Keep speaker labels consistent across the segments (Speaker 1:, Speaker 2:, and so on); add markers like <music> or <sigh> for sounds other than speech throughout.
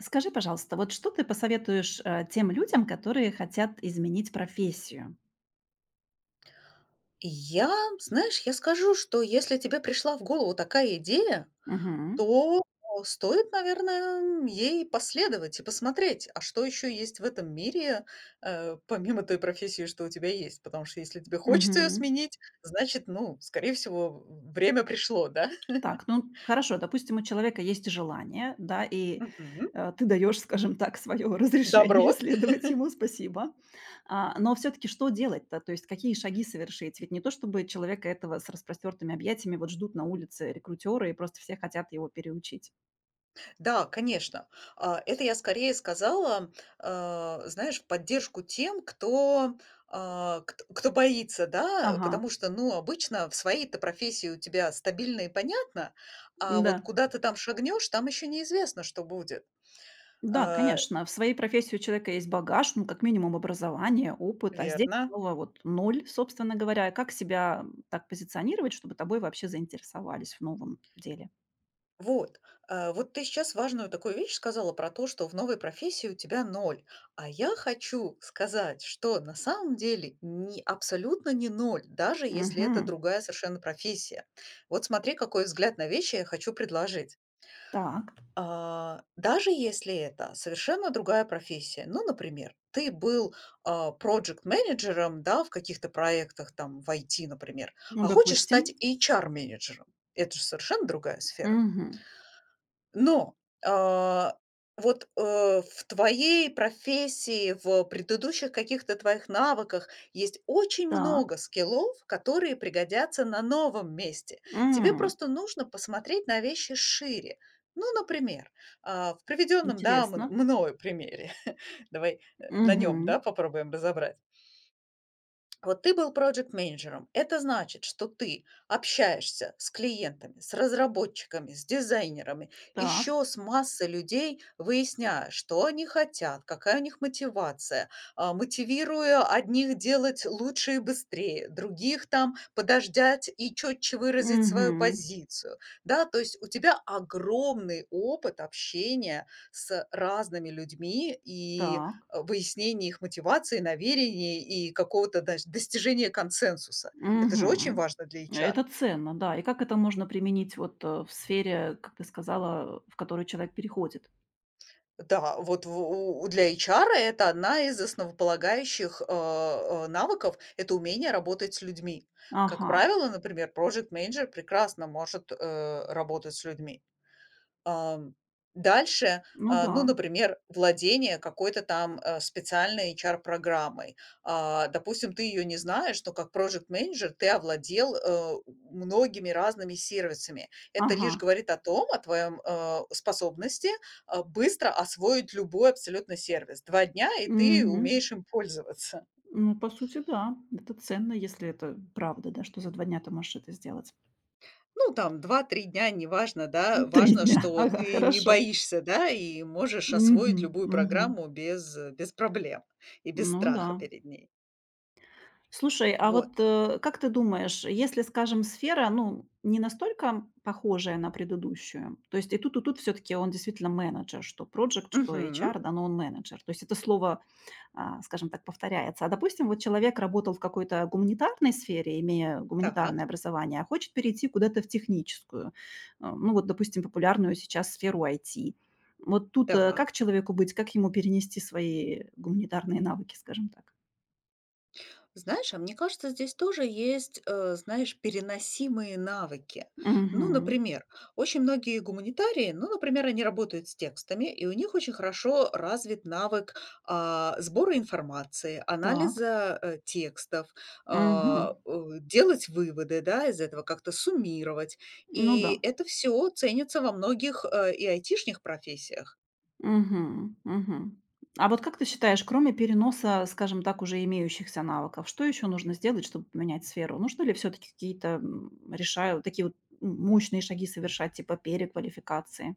Speaker 1: Скажи, пожалуйста, вот что ты посоветуешь, тем людям, которые хотят изменить профессию?
Speaker 2: Я, знаешь, я скажу, что если тебе пришла в голову такая идея,
Speaker 1: Мгм.
Speaker 2: то стоит, наверное, ей последовать и посмотреть, а что еще есть в этом мире, помимо той профессии, что у тебя есть. Потому что если тебе хочется ее
Speaker 1: Мгм.
Speaker 2: сменить, значит, ну, скорее всего, время пришло, да?
Speaker 1: Так, ну хорошо, допустим, у человека есть желание, да, и,
Speaker 2: <laughs> Мгм.
Speaker 1: э, ты даешь, скажем так, свое <laughs> разрешение
Speaker 2: Добро.
Speaker 1: следовать ему, спасибо. А, но все-таки что делать-то? То есть какие шаги совершить? Ведь не то чтобы человека этого с распростертыми объятиями вот ждут на улице рекрутеры и просто все хотят его переучить.
Speaker 2: Да, конечно. Это я скорее сказала, знаешь, в поддержку тем, кто, а, кт кто боится, да,
Speaker 1: Ага,
Speaker 2: потому что, ну, обычно в своей-то профессии у тебя стабильно и понятно, а вот
Speaker 1: да.
Speaker 2: куда ты там шагнешь, там еще неизвестно, что будет.
Speaker 1: Да,
Speaker 2: А,
Speaker 1: конечно. В своей профессии у человека есть багаж, ну, как минимум образование, опыт, а здесь
Speaker 2: верно.
Speaker 1: снова вот ноль, собственно говоря. И как себя так позиционировать, чтобы тобой вообще заинтересовались в новом деле?
Speaker 2: Вот, вот ты сейчас важную такую вещь сказала про то, что в новой профессии у тебя ноль. А я хочу сказать, что на самом деле не, абсолютно не ноль, даже если это
Speaker 1: Мгм.
Speaker 2: другая совершенно профессия. Вот смотри, какой взгляд на вещи я хочу предложить.
Speaker 1: Так,
Speaker 2: Даже если это совершенно другая профессия, ну, например, ты был проект-менеджером, да, в каких-то проектах, там, в IT, например,
Speaker 1: ну,
Speaker 2: а хочешь стать
Speaker 1: допустим.
Speaker 2: HR-менеджером, это же совершенно другая сфера.
Speaker 1: Мгм.
Speaker 2: Но, а, вот, э, в твоей профессии, в предыдущих каких-то твоих навыках есть очень
Speaker 1: Так.
Speaker 2: много скиллов, которые пригодятся на новом месте. Тебе
Speaker 1: М.
Speaker 2: просто нужно посмотреть на вещи шире. Ну, например, в приведенном, да, мн
Speaker 1: Интересно.
Speaker 2: мною примере, <laughs> давай, на нем, да,
Speaker 1: Мгм.
Speaker 2: попробуем разобрать. Вот ты был проджект-менеджером. Это значит, что ты общаешься с клиентами, с разработчиками, с дизайнерами,
Speaker 1: Так.
Speaker 2: еще с массой людей, выясняя, что они хотят, какая у них мотивация, мотивируя одних делать лучше и быстрее, других там подождать и четче выразить свою
Speaker 1: Мгм.
Speaker 2: позицию. Да, то есть у тебя огромный опыт общения с разными людьми и
Speaker 1: Так.
Speaker 2: выяснение их мотивации, намерений и какого-то даж достижения консенсуса. Это же очень
Speaker 1: Мгм.
Speaker 2: важно для
Speaker 1: Это
Speaker 2: HR.
Speaker 1: ценно, да. И как это можно применить вот в сфере, как ты сказала, в которую человек переходит?
Speaker 2: Да, вот в у для HR это одна из основополагающих, навыков- это умение работать с людьми. Как
Speaker 1: Ага.
Speaker 2: правило, например, project менеджер прекрасно может, работать с людьми. Ам, дальше,
Speaker 1: Ну да.
Speaker 2: ну, например, владение какой-то там, специальной HR-программой. Допустим, ты ее не знаешь, но как проджект-менеджер ты овладел, многими разными сервисами. Это
Speaker 1: Ага.
Speaker 2: лишь говорит о том, о твоем, способности, быстро освоить любой абсолютно сервис. Два дня, и ты
Speaker 1: Мгм.
Speaker 2: умеешь им пользоваться.
Speaker 1: Ну, по сути, да. Это ценно, если это правда, да, что за 2 дня ты можешь это сделать.
Speaker 2: Ну, там 2-3 дня, неважно,
Speaker 1: М,
Speaker 2: да.
Speaker 1: 3
Speaker 2: Важно,
Speaker 1: дня. <laughs>
Speaker 2: что
Speaker 1: Ага,
Speaker 2: ты не
Speaker 1: хорошо.
Speaker 2: боишься, да, и можешь освоить
Speaker 1: Мгм,
Speaker 2: любую
Speaker 1: мгм.
Speaker 2: программу без, без проблем и без
Speaker 1: Ну да.
Speaker 2: страха перед ней.
Speaker 1: Слушай, а
Speaker 2: Вот.
Speaker 1: вот как ты думаешь, если, скажем, сфера, ну, не настолько похожая на предыдущую, то есть и тут все таки он действительно менеджер, что проджект, что
Speaker 2: Мгм.
Speaker 1: HR, да, но он менеджер. То есть это слово, скажем так, повторяется. А допустим, вот человек работал в какой-то гуманитарной сфере, имея гуманитарное
Speaker 2: Так,
Speaker 1: образование, а хочет перейти куда-то в техническую, ну вот, допустим, популярную сейчас сферу IT. Вот тут как
Speaker 2: так.
Speaker 1: человеку быть, как ему перенести свои гуманитарные навыки, скажем так?
Speaker 2: Знаешь, а мне кажется, здесь тоже есть, знаешь, переносимые навыки. Ну,
Speaker 1: Мгм.
Speaker 2: например, очень многие гуманитарии, ну, например, они работают с текстами, и у них очень хорошо развит навык сбора информации,
Speaker 1: Так.
Speaker 2: анализа текстов,
Speaker 1: Мгм.
Speaker 2: а, э, делать выводы, да, из этого как-то суммировать.
Speaker 1: Ну да.
Speaker 2: И это все ценится во многих и айтишных профессиях.
Speaker 1: Мгм, мгм. А вот как ты считаешь, кроме переноса, скажем так, уже имеющихся навыков, что еще нужно сделать, чтобы поменять сферу? Нужно ли все-таки какие-то решаю такие вот мощные шаги совершать, типа переквалификации?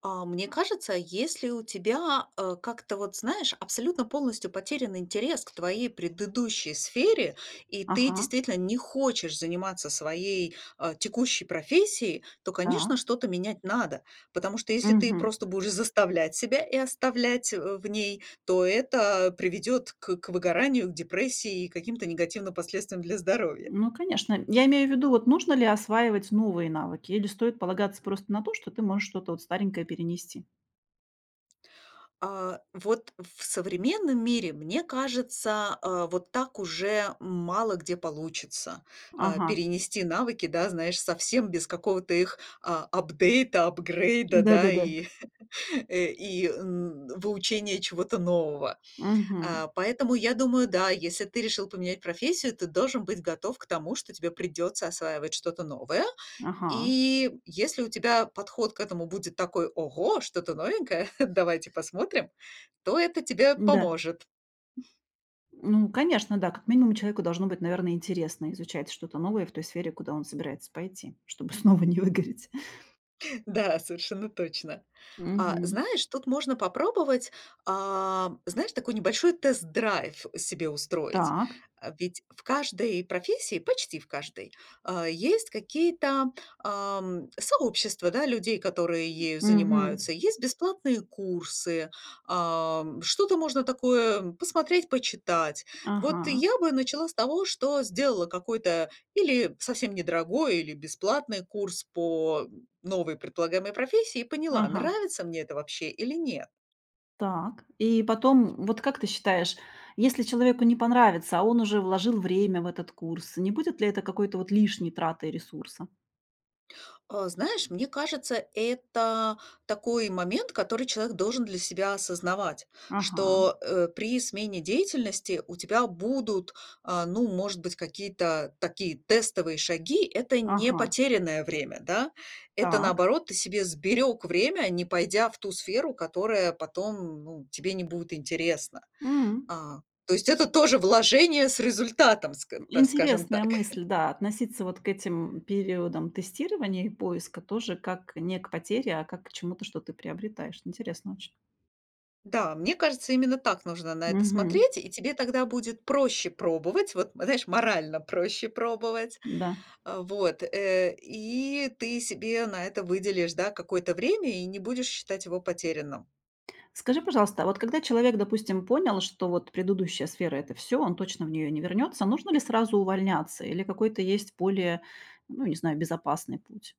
Speaker 2: Мне кажется, если у тебя, как-то вот, знаешь, абсолютно полностью потерян интерес к твоей предыдущей сфере, и ты
Speaker 1: Ага,
Speaker 2: действительно не хочешь заниматься своей, текущей профессией, то,
Speaker 1: да.
Speaker 2: конечно, что-то менять надо. Потому что если ты
Speaker 1: Мгм.
Speaker 2: просто будешь заставлять себя и оставлять, в ней, то это приведет к выгоранию, к депрессии и каким-то негативным последствиям для здоровья.
Speaker 1: Ну, конечно. Я имею в виду, вот нужно ли осваивать новые навыки, или стоит полагаться просто на то, что ты можешь что-то вот старенькое перенести?
Speaker 2: Вот в современном мире, мне кажется, вот так уже мало где получится,
Speaker 1: Ага.
Speaker 2: перенести навыки, да, знаешь, совсем без какого-то их, апдейта, апгрейда, да,
Speaker 1: Да-да-да.
Speaker 2: и, <laughs> выучения чего-то нового.
Speaker 1: Мгм.
Speaker 2: Поэтому я думаю, да, если ты решил поменять профессию, ты должен быть готов к тому, что тебе придется осваивать что-то новое,
Speaker 1: Ага.
Speaker 2: и если у тебя подход к этому будет такой: "Ого, что-то новенькое, <laughs> давайте посмотрим", то это тебе
Speaker 1: Да.
Speaker 2: поможет.
Speaker 1: Ну, конечно, да. Как минимум человеку должно быть, наверное, интересно изучать что-то новое в той сфере, куда он собирается пойти, чтобы <laughs> снова не выгореть.
Speaker 2: <laughs> Да, совершенно точно. А,
Speaker 1: Мгм.
Speaker 2: знаешь, тут можно попробовать, знаешь, такой небольшой тест-драйв себе устроить.
Speaker 1: Так.
Speaker 2: Ведь в каждой профессии, почти в каждой, есть какие-то сообщества, да, людей, которые ею
Speaker 1: Мгм.
Speaker 2: занимаются, есть бесплатные курсы, что-то можно такое посмотреть, почитать. Вот
Speaker 1: Ага.
Speaker 2: я бы начала с того, что сделала какой-то или совсем недорогой, или бесплатный курс по новой предполагаемой профессии и поняла,
Speaker 1: Ага.
Speaker 2: нравится мне это вообще или нет.
Speaker 1: Так. И потом, вот как ты считаешь, если человеку не понравится, а он уже вложил время в этот курс, не будет ли это какой-то вот лишней тратой ресурса?
Speaker 2: Знаешь, мне кажется, это такой момент, который человек должен для себя осознавать,
Speaker 1: Ага.
Speaker 2: что при смене деятельности у тебя будут, ну, может быть, какие-то такие тестовые шаги. Это не
Speaker 1: Ага.
Speaker 2: потерянное время, да? Это
Speaker 1: Так.
Speaker 2: наоборот, ты себе сберег время, не пойдя в ту сферу, которая потом, ну, тебе не будет интересна.
Speaker 1: М.
Speaker 2: А, то есть это тоже вложение с результатом, скажем
Speaker 1: Интересная
Speaker 2: так.
Speaker 1: мысль, да, относиться вот к этим периодам тестирования и поиска тоже как не к потере, а как к чему-то, что ты приобретаешь. Интересно очень.
Speaker 2: Да, мне кажется, именно так нужно на это
Speaker 1: Мгм.
Speaker 2: смотреть, и тебе тогда будет проще пробовать, вот, знаешь, морально проще пробовать.
Speaker 1: Да.
Speaker 2: Вот, и ты себе на это выделишь, да, какое-то время и не будешь считать его потерянным.
Speaker 1: Скажи, пожалуйста, а вот когда человек, допустим, понял, что вот предыдущая сфера это все, он точно в нее не вернется, нужно ли сразу увольняться или какой-то есть более, ну, не знаю, безопасный путь?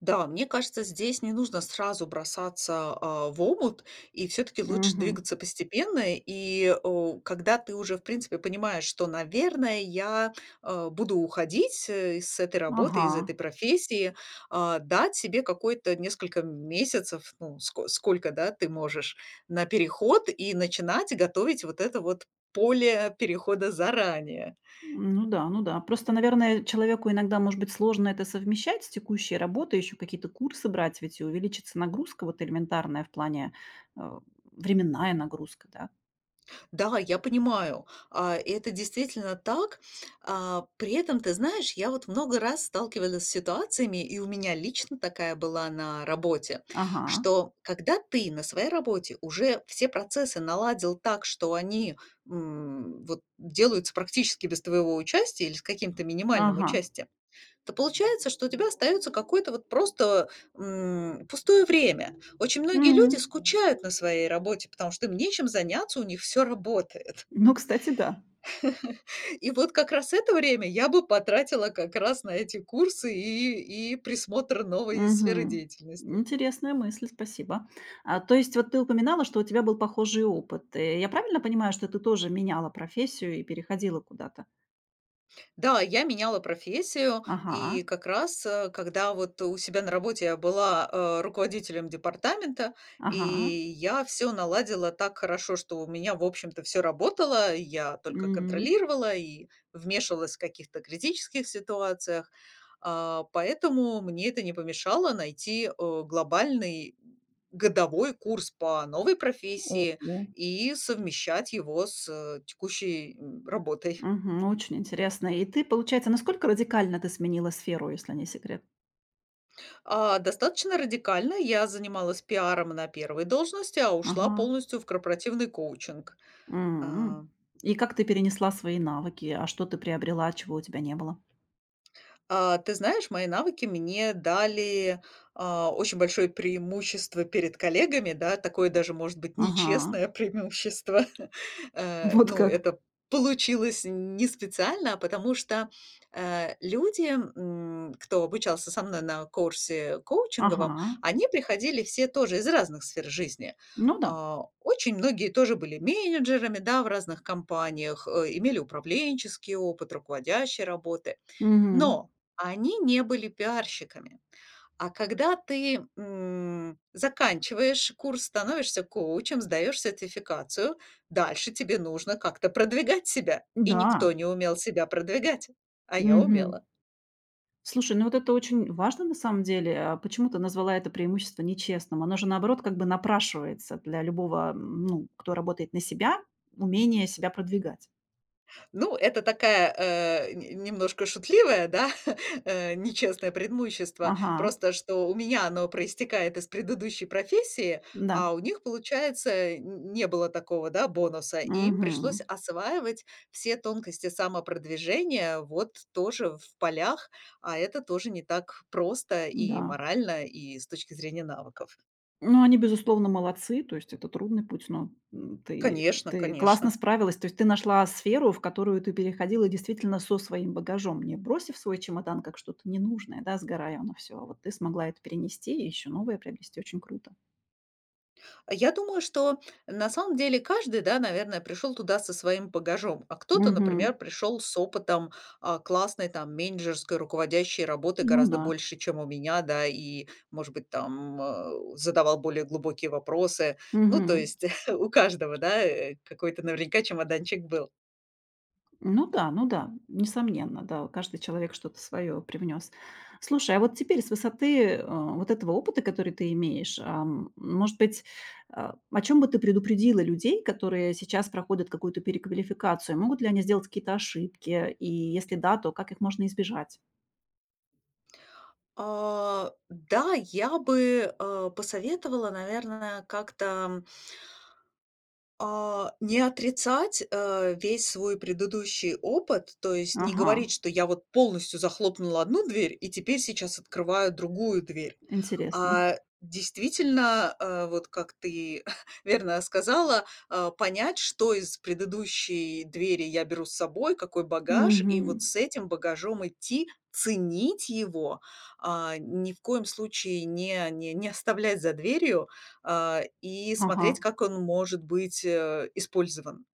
Speaker 2: Да, мне кажется, здесь не нужно сразу бросаться, в омут, и все таки лучше
Speaker 1: Мгм.
Speaker 2: двигаться постепенно. И когда ты уже, в принципе, понимаешь, что, наверное, я, буду уходить, с этой работы,
Speaker 1: Ага.
Speaker 2: из этой профессии, дать себе какой-то несколько месяцев, ну, сколько, да, ты можешь, на переход и начинать готовить вот это вот поле перехода заранее.
Speaker 1: Ну да, ну да. Просто, наверное, человеку иногда, может быть, сложно это совмещать с текущей работой, еще какие-то курсы брать, ведь и увеличится нагрузка вот элементарная в плане э, временная нагрузка, да?
Speaker 2: Да, я понимаю, и это действительно так. При этом, ты знаешь, я вот много раз сталкивалась с ситуациями, и у меня лично такая была на работе,
Speaker 1: Ага,
Speaker 2: что когда ты на своей работе уже все процессы наладил так, что они вот делаются практически без твоего участия или с каким-то минимальным
Speaker 1: ага.
Speaker 2: участием, то получается, что у тебя остается какое-то вот просто, пустое время. Очень многие
Speaker 1: Мгм.
Speaker 2: люди скучают на своей работе, потому что им нечем заняться, у них все работает.
Speaker 1: Ну,
Speaker 2: <laughs>
Speaker 1: кстати, да.
Speaker 2: И вот как раз это время я бы потратила как раз на эти курсы и присмотр новой сферы
Speaker 1: Мгм.
Speaker 2: деятельности.
Speaker 1: Интересная мысль, спасибо. А, то есть вот ты упоминала, что у тебя был похожий опыт. Э, я правильно понимаю, что ты тоже меняла профессию и переходила куда-то?
Speaker 2: Да, я меняла профессию,
Speaker 1: Ага,
Speaker 2: и как раз, когда вот у себя на работе я была, руководителем департамента, и
Speaker 1: ага.
Speaker 2: я все наладила так хорошо, что у меня, в общем-то, все работало. Я только
Speaker 1: М.
Speaker 2: контролировала и вмешивалась в каких-то критических ситуациях. Поэтому мне это не помешало найти, глобальный годовой курс по новой
Speaker 1: О.
Speaker 2: профессии и совмещать его с, текущей, работой.
Speaker 1: Мгм. Очень интересно. И ты, получается, насколько радикально ты сменила сферу, если не секрет?
Speaker 2: Достаточно радикально. Я занималась пиаром на первой должности, а ушла
Speaker 1: Ага.
Speaker 2: полностью в корпоративный коучинг.
Speaker 1: М.
Speaker 2: А
Speaker 1: И как ты перенесла свои навыки? А что ты приобрела, чего у тебя не было?
Speaker 2: ты знаешь, мои навыки мне дали, очень большое преимущество перед коллегами, да, такое даже, может быть,
Speaker 1: Ага. <laughs>
Speaker 2: нечестное преимущество. <laughs> Э,
Speaker 1: Вот
Speaker 2: ну,
Speaker 1: как.
Speaker 2: это получилось не специально, а потому что, люди, кто обучался со мной на курсе коучинговом,
Speaker 1: Ага.
Speaker 2: они приходили все тоже из разных сфер жизни.
Speaker 1: Ну да.
Speaker 2: Очень многие тоже были менеджерами, да, в разных компаниях, имели управленческий опыт, руководящие работы.
Speaker 1: Мгм.
Speaker 2: Но они не были пиарщиками. А когда ты, заканчиваешь курс, становишься коучем, сдаешь сертификацию, дальше тебе нужно как-то продвигать себя. И
Speaker 1: Да.
Speaker 2: никто не умел себя продвигать, а я
Speaker 1: Мгм.
Speaker 2: умела.
Speaker 1: Слушай, ну вот это очень важно на самом деле. А почему ты назвала это преимущество нечестным? Оно же наоборот как бы напрашивается для любого, ну, кто работает на себя, умение себя продвигать.
Speaker 2: Ну, это такая, э, н немножко шутливая, да, <laughs> нечестное преимущество.
Speaker 1: Ага.
Speaker 2: Просто что у меня оно проистекает из предыдущей профессии,
Speaker 1: Да.
Speaker 2: а у них, получается, н не было такого, да, бонуса. И им пришлось
Speaker 1: Мгм.
Speaker 2: осваивать все тонкости самопродвижения вот тоже в полях, а это тоже не так просто и
Speaker 1: Да.
Speaker 2: морально, и с точки зрения навыков.
Speaker 1: Ну, они, безусловно, молодцы, то есть это трудный путь, но, ты
Speaker 2: Конечно,
Speaker 1: ты классно
Speaker 2: конечно.
Speaker 1: справилась. То есть ты нашла сферу, в которую ты переходила действительно со своим багажом, не бросив свой чемодан как что-то ненужное, да, сгорая оно все. А вот ты смогла это перенести и еще новое приобрести. Очень круто.
Speaker 2: Я думаю, что на самом деле каждый, да, наверное, пришел туда со своим багажом, а кто-то, например,
Speaker 1: Мгм.
Speaker 2: пришел с опытом, классной там менеджерской, руководящей работы
Speaker 1: Ну
Speaker 2: гораздо
Speaker 1: да.
Speaker 2: больше, чем у меня, да, и, может быть, там, задавал более глубокие вопросы. Ну, то
Speaker 1: Мгм.
Speaker 2: есть <laughs> у каждого, да, какой-то наверняка чемоданчик был.
Speaker 1: Ну да, ну да, несомненно, да, каждый человек что-то свое привнес. Слушай, а вот теперь с высоты вот этого опыта, который ты имеешь, может быть, о чем бы ты предупредила людей, которые сейчас проходят какую-то переквалификацию? Могут ли они сделать какие-то ошибки? И если да, то как их можно избежать?
Speaker 2: Да, я бы, посоветовала, наверное, как-то не отрицать, весь свой предыдущий опыт, то есть не
Speaker 1: Ага,
Speaker 2: говорить, что я вот полностью захлопнула одну дверь и теперь сейчас открываю другую дверь.
Speaker 1: интересно.
Speaker 2: А действительно, вот как ты <laughs> верно сказала, понять, что из предыдущей двери я беру с собой, какой багаж, и
Speaker 1: Мгм.
Speaker 2: вот с этим багажом идти, ценить его, ни в коем случае не оставлять за дверью, и
Speaker 1: Ага,
Speaker 2: смотреть, как он может быть, использован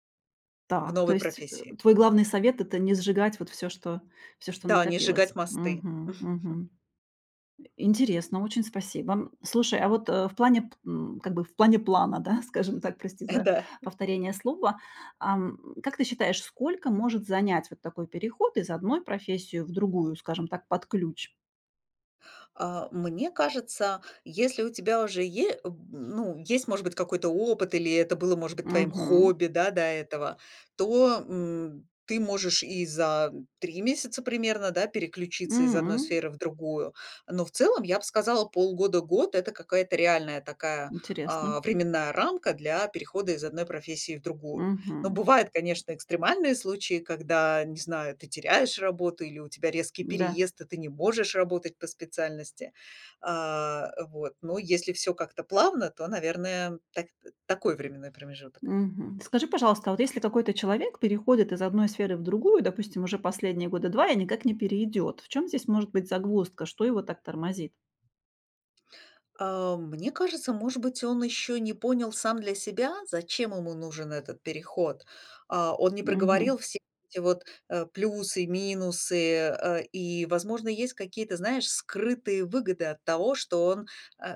Speaker 2: в
Speaker 1: так, то
Speaker 2: новой
Speaker 1: есть
Speaker 2: профессии.
Speaker 1: твой главный совет — это не сжигать вот все, что
Speaker 2: Да, не
Speaker 1: накопилось.
Speaker 2: сжигать мосты.
Speaker 1: Мгм, мгм.
Speaker 2: <laughs>
Speaker 1: Интересно, очень спасибо. Слушай, а вот, э, в плане п м, как бы в плане плана, да, <laughs> скажем так, прости за
Speaker 2: Да.
Speaker 1: повторение слова. Ам, как ты считаешь, сколько может занять вот такой переход из одной профессии в другую, скажем так, под ключ?
Speaker 2: Мне кажется, если у тебя уже е ну, есть, может быть, какой-то опыт или это было, может быть, твоим
Speaker 1: Мгм.
Speaker 2: хобби, да, до этого, то, ты можешь и за 3 месяца примерно, да, переключиться из одной
Speaker 1: М.
Speaker 2: сферы в другую. Но в целом, я бы сказала, полгода-год- это какая-то реальная такая,
Speaker 1: Интересно.
Speaker 2: временная рамка для перехода из одной профессии в другую. Но
Speaker 1: Мгм.
Speaker 2: бывают, конечно, экстремальные случаи, когда, не знаю, ты теряешь работу или у тебя резкий
Speaker 1: Да.
Speaker 2: переезд, и ты не можешь работать по специальности. Вот. Но если все как-то плавно, то, наверное, так такой временной промежуток.
Speaker 1: Мгм. Скажи, пожалуйста, а вот если какой-то человек переходит из одной сферы в другую, допустим, уже последние года 2, и никак не перейдет, в чем здесь может быть загвоздка? Что его так тормозит?
Speaker 2: Мне кажется, может быть, он еще не понял сам для себя, зачем ему нужен этот переход. Он не
Speaker 1: Мгм.
Speaker 2: проговорил все эти вот, плюсы, минусы, и, возможно, есть какие-то, знаешь, скрытые выгоды от того, что он,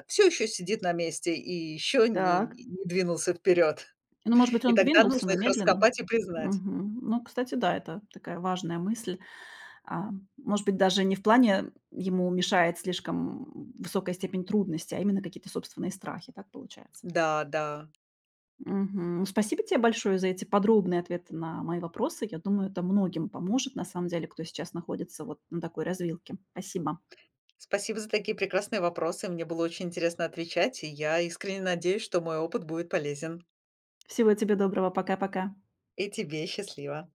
Speaker 2: все еще сидит на месте и еще не
Speaker 1: Так.
Speaker 2: не двинулся вперед.
Speaker 1: Ну, может быть,
Speaker 2: <laughs> И
Speaker 1: он
Speaker 2: тогда
Speaker 1: двинулся,
Speaker 2: нужно
Speaker 1: но
Speaker 2: их
Speaker 1: медленно.
Speaker 2: раскопать и признать.
Speaker 1: Мгм. Ну, кстати, да, это такая важная мысль. А, может быть, даже не в плане ему мешает слишком высокая степень трудности, а именно какие-то собственные страхи, так получается.
Speaker 2: Да, да.
Speaker 1: Мгм. Спасибо тебе большое за эти подробные ответы на мои вопросы. Я думаю, это многим поможет, на самом деле, кто сейчас находится вот на такой развилке. Спасибо.
Speaker 2: Спасибо за такие прекрасные вопросы. Мне было очень интересно отвечать, и я искренне надеюсь, что мой опыт будет полезен.
Speaker 1: Всего тебе доброго. Пока-пока.
Speaker 2: И тебе счастливо.